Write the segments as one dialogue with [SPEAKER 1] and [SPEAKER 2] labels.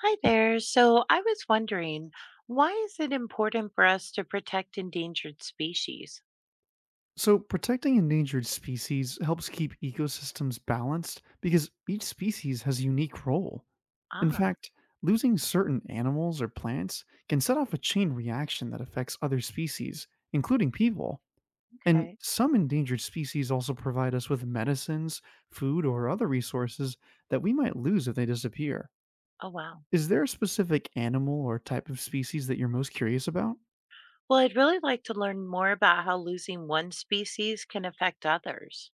[SPEAKER 1] Hi there. So I was wondering, why is it important for us to protect endangered species?
[SPEAKER 2] So, protecting endangered species helps keep ecosystems balanced because each species has a unique role. In
[SPEAKER 1] Ah,
[SPEAKER 2] fact, losing certain animals or plants can set off a chain reaction that affects other species, including people. And
[SPEAKER 1] okay.
[SPEAKER 2] some endangered species also provide us with medicines, food, or other resources that we might lose if they disappear.
[SPEAKER 1] Oh, wow.
[SPEAKER 2] Is there a specific animal or type of species that you're most curious about?
[SPEAKER 1] Well, I'd really like to learn more about how losing one species can affect others.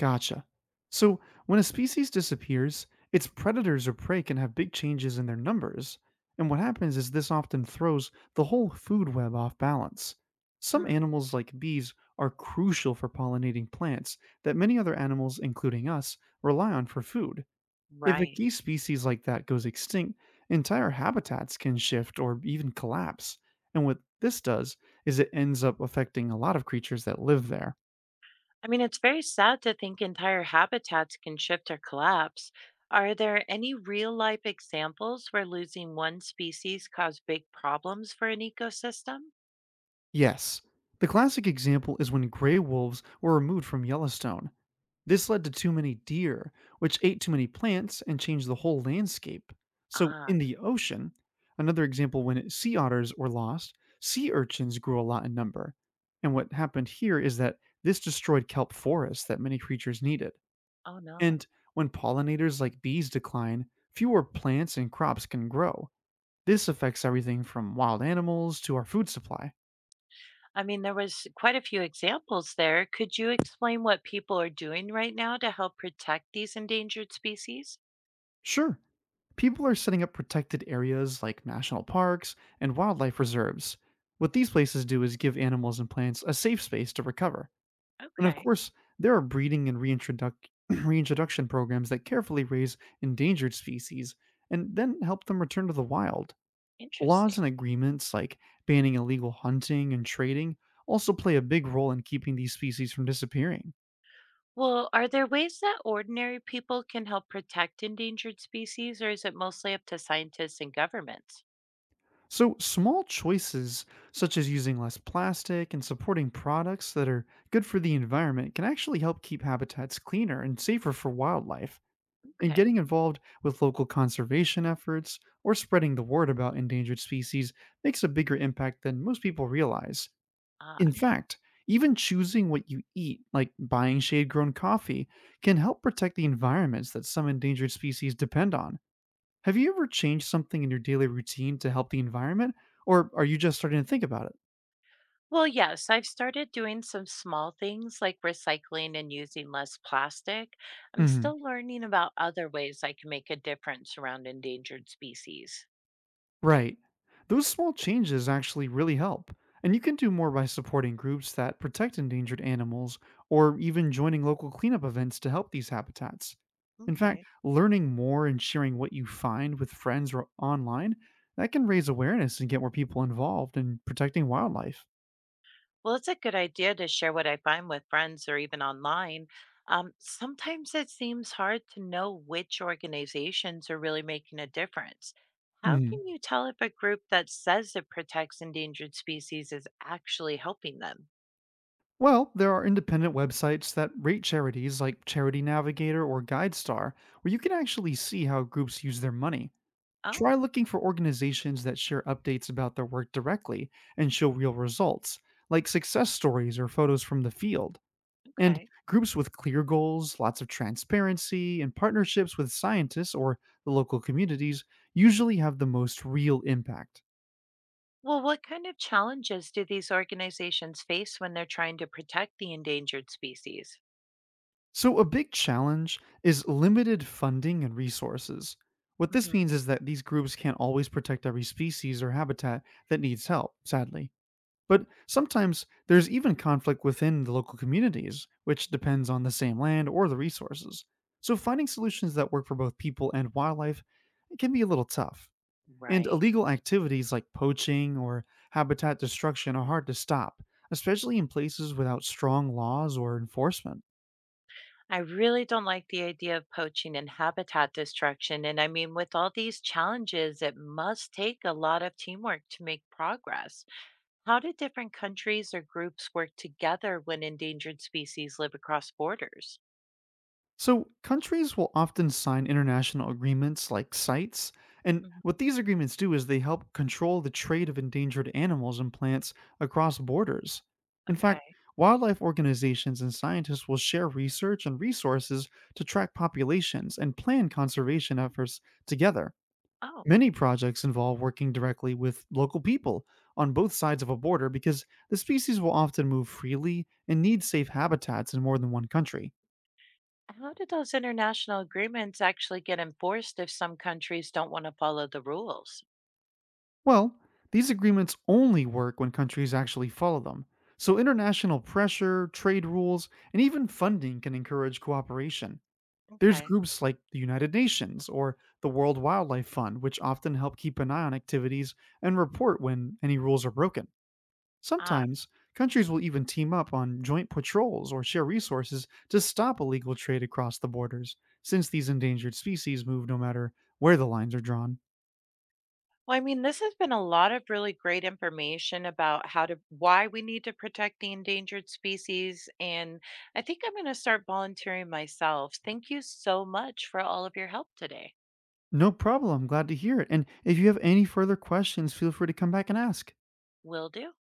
[SPEAKER 2] Gotcha. So, when a species disappears, its predators or prey can have big changes in their numbers, and what happens is this often throws the whole food web off balance. Some
[SPEAKER 1] Hmm,
[SPEAKER 2] animals, like bees, are crucial for pollinating plants that many other animals, including us, rely on for food. If a
[SPEAKER 1] right.
[SPEAKER 2] key species like that goes extinct, entire habitats can shift or even collapse. And what this does is it ends up affecting a lot of creatures that live there.
[SPEAKER 1] I mean, it's very sad to think entire habitats can shift or collapse. Are there any real life examples where losing one species caused big problems for an ecosystem?
[SPEAKER 2] Yes. The classic example is when gray wolves were removed from Yellowstone. This led to too many deer, which ate too many plants and changed the whole landscape. So,
[SPEAKER 1] Ah,
[SPEAKER 2] in the ocean, another example when sea otters were lost, sea urchins grew a lot in number. And what happened here is that this destroyed kelp forests that many creatures needed.
[SPEAKER 1] oh no.
[SPEAKER 2] And when pollinators like bees decline, fewer plants and crops can grow. This affects everything from wild animals to our food supply.
[SPEAKER 1] I mean, there was quite a few examples there. Could you explain what people are doing right now to help protect these endangered species?
[SPEAKER 2] Sure. People are setting up protected areas like national parks and wildlife reserves. What these places do is give animals and plants a safe space to recover. And of
[SPEAKER 1] Okay,
[SPEAKER 2] course, there are breeding and reintroduc- reintroduction programs that carefully raise endangered species and then help them return to the wild.
[SPEAKER 1] interesting.
[SPEAKER 2] Laws and agreements like banning illegal hunting and trading also play a big role in keeping these species from disappearing.
[SPEAKER 1] Well, are there ways that ordinary people can help protect endangered species, or is it mostly up to scientists and governments?
[SPEAKER 2] So, small choices such as using less plastic and supporting products that are good for the environment can actually help keep habitats cleaner and safer for wildlife. And
[SPEAKER 1] Okay.
[SPEAKER 2] getting involved with local conservation efforts or spreading the word about endangered species makes a bigger impact than most people realize. In
[SPEAKER 1] Ah.
[SPEAKER 2] fact, even choosing what you eat, like buying shade grown coffee, can help protect the environments that some endangered species depend on. Have you ever changed something in your daily routine to help the environment, or are you just starting to think about it?
[SPEAKER 1] Well, yes, I've started doing some small things like recycling and using less plastic. I'm
[SPEAKER 2] hmm
[SPEAKER 1] still learning about other ways I can make a difference around endangered species.
[SPEAKER 2] Right. Those small changes actually really help, and you can do more by supporting groups that protect endangered animals or even joining local cleanup events to help these habitats. In fact,
[SPEAKER 1] Okay.
[SPEAKER 2] learning more and sharing what you find with friends or online, that can raise awareness and get more people involved in protecting wildlife.
[SPEAKER 1] Well, it's a good idea to share what I find with friends or even online. Sometimes it seems hard to know which organizations are really making a difference. How can you tell if a group that says it protects endangered species is actually helping them?
[SPEAKER 2] Well, there are independent websites that rate charities like Charity Navigator or GuideStar, where you can actually see how groups use their money. Try
[SPEAKER 1] Oh,
[SPEAKER 2] looking for organizations that share updates about their work directly and show real results, like success stories or photos from the field. And
[SPEAKER 1] okay.
[SPEAKER 2] groups with clear goals, lots of transparency, and partnerships with scientists or the local communities usually have the most real impact.
[SPEAKER 1] Well, what kind of challenges do these organizations face when they're trying to protect the endangered species?
[SPEAKER 2] So, a big challenge is limited funding and resources. What this
[SPEAKER 1] Hmm,
[SPEAKER 2] means is that these groups can't always protect every species or habitat that needs help, sadly. But sometimes there's even conflict within the local communities, which depends on the same land or the resources. So, finding solutions that work for both people and wildlife can be a little tough. And
[SPEAKER 1] right.
[SPEAKER 2] illegal activities like poaching or habitat destruction are hard to stop, especially in places without strong laws or enforcement.
[SPEAKER 1] I really don't like the idea of poaching and habitat destruction. And I mean, with all these challenges, it must take a lot of teamwork to make progress. How do different countries or groups work together when endangered species live across borders?
[SPEAKER 2] So, countries will often sign international agreements like CITES, and
[SPEAKER 1] Mhm.
[SPEAKER 2] what these agreements do is they help control the trade of endangered animals and plants across borders. In fact,
[SPEAKER 1] Okay.
[SPEAKER 2] wildlife organizations and scientists will share research and resources to track populations and plan conservation efforts together.
[SPEAKER 1] Oh,
[SPEAKER 2] Many projects involve working directly with local people on both sides of a border because the species will often move freely and need safe habitats in more than one country.
[SPEAKER 1] how do those international agreements actually get enforced if some countries don't want to follow the rules?
[SPEAKER 2] Well, these agreements only work when countries actually follow them. So, international pressure, trade rules, and even funding can encourage cooperation. There's
[SPEAKER 1] Okay.
[SPEAKER 2] groups like the United Nations or the World Wildlife Fund, which often help keep an eye on activities and report when any rules are broken.
[SPEAKER 1] Ah,
[SPEAKER 2] Sometimes, countries will even team up on joint patrols or share resources to stop illegal trade across the borders, since these endangered species move no matter where the lines are drawn.
[SPEAKER 1] well, I mean, this has been a lot of really great information about how to why we need to protect the endangered species. And I think I'm going to start volunteering myself. Thank you so much for all of your help today.
[SPEAKER 2] No problem. Glad to hear it. And if you have any further questions, feel free to come back and ask.
[SPEAKER 1] Will do.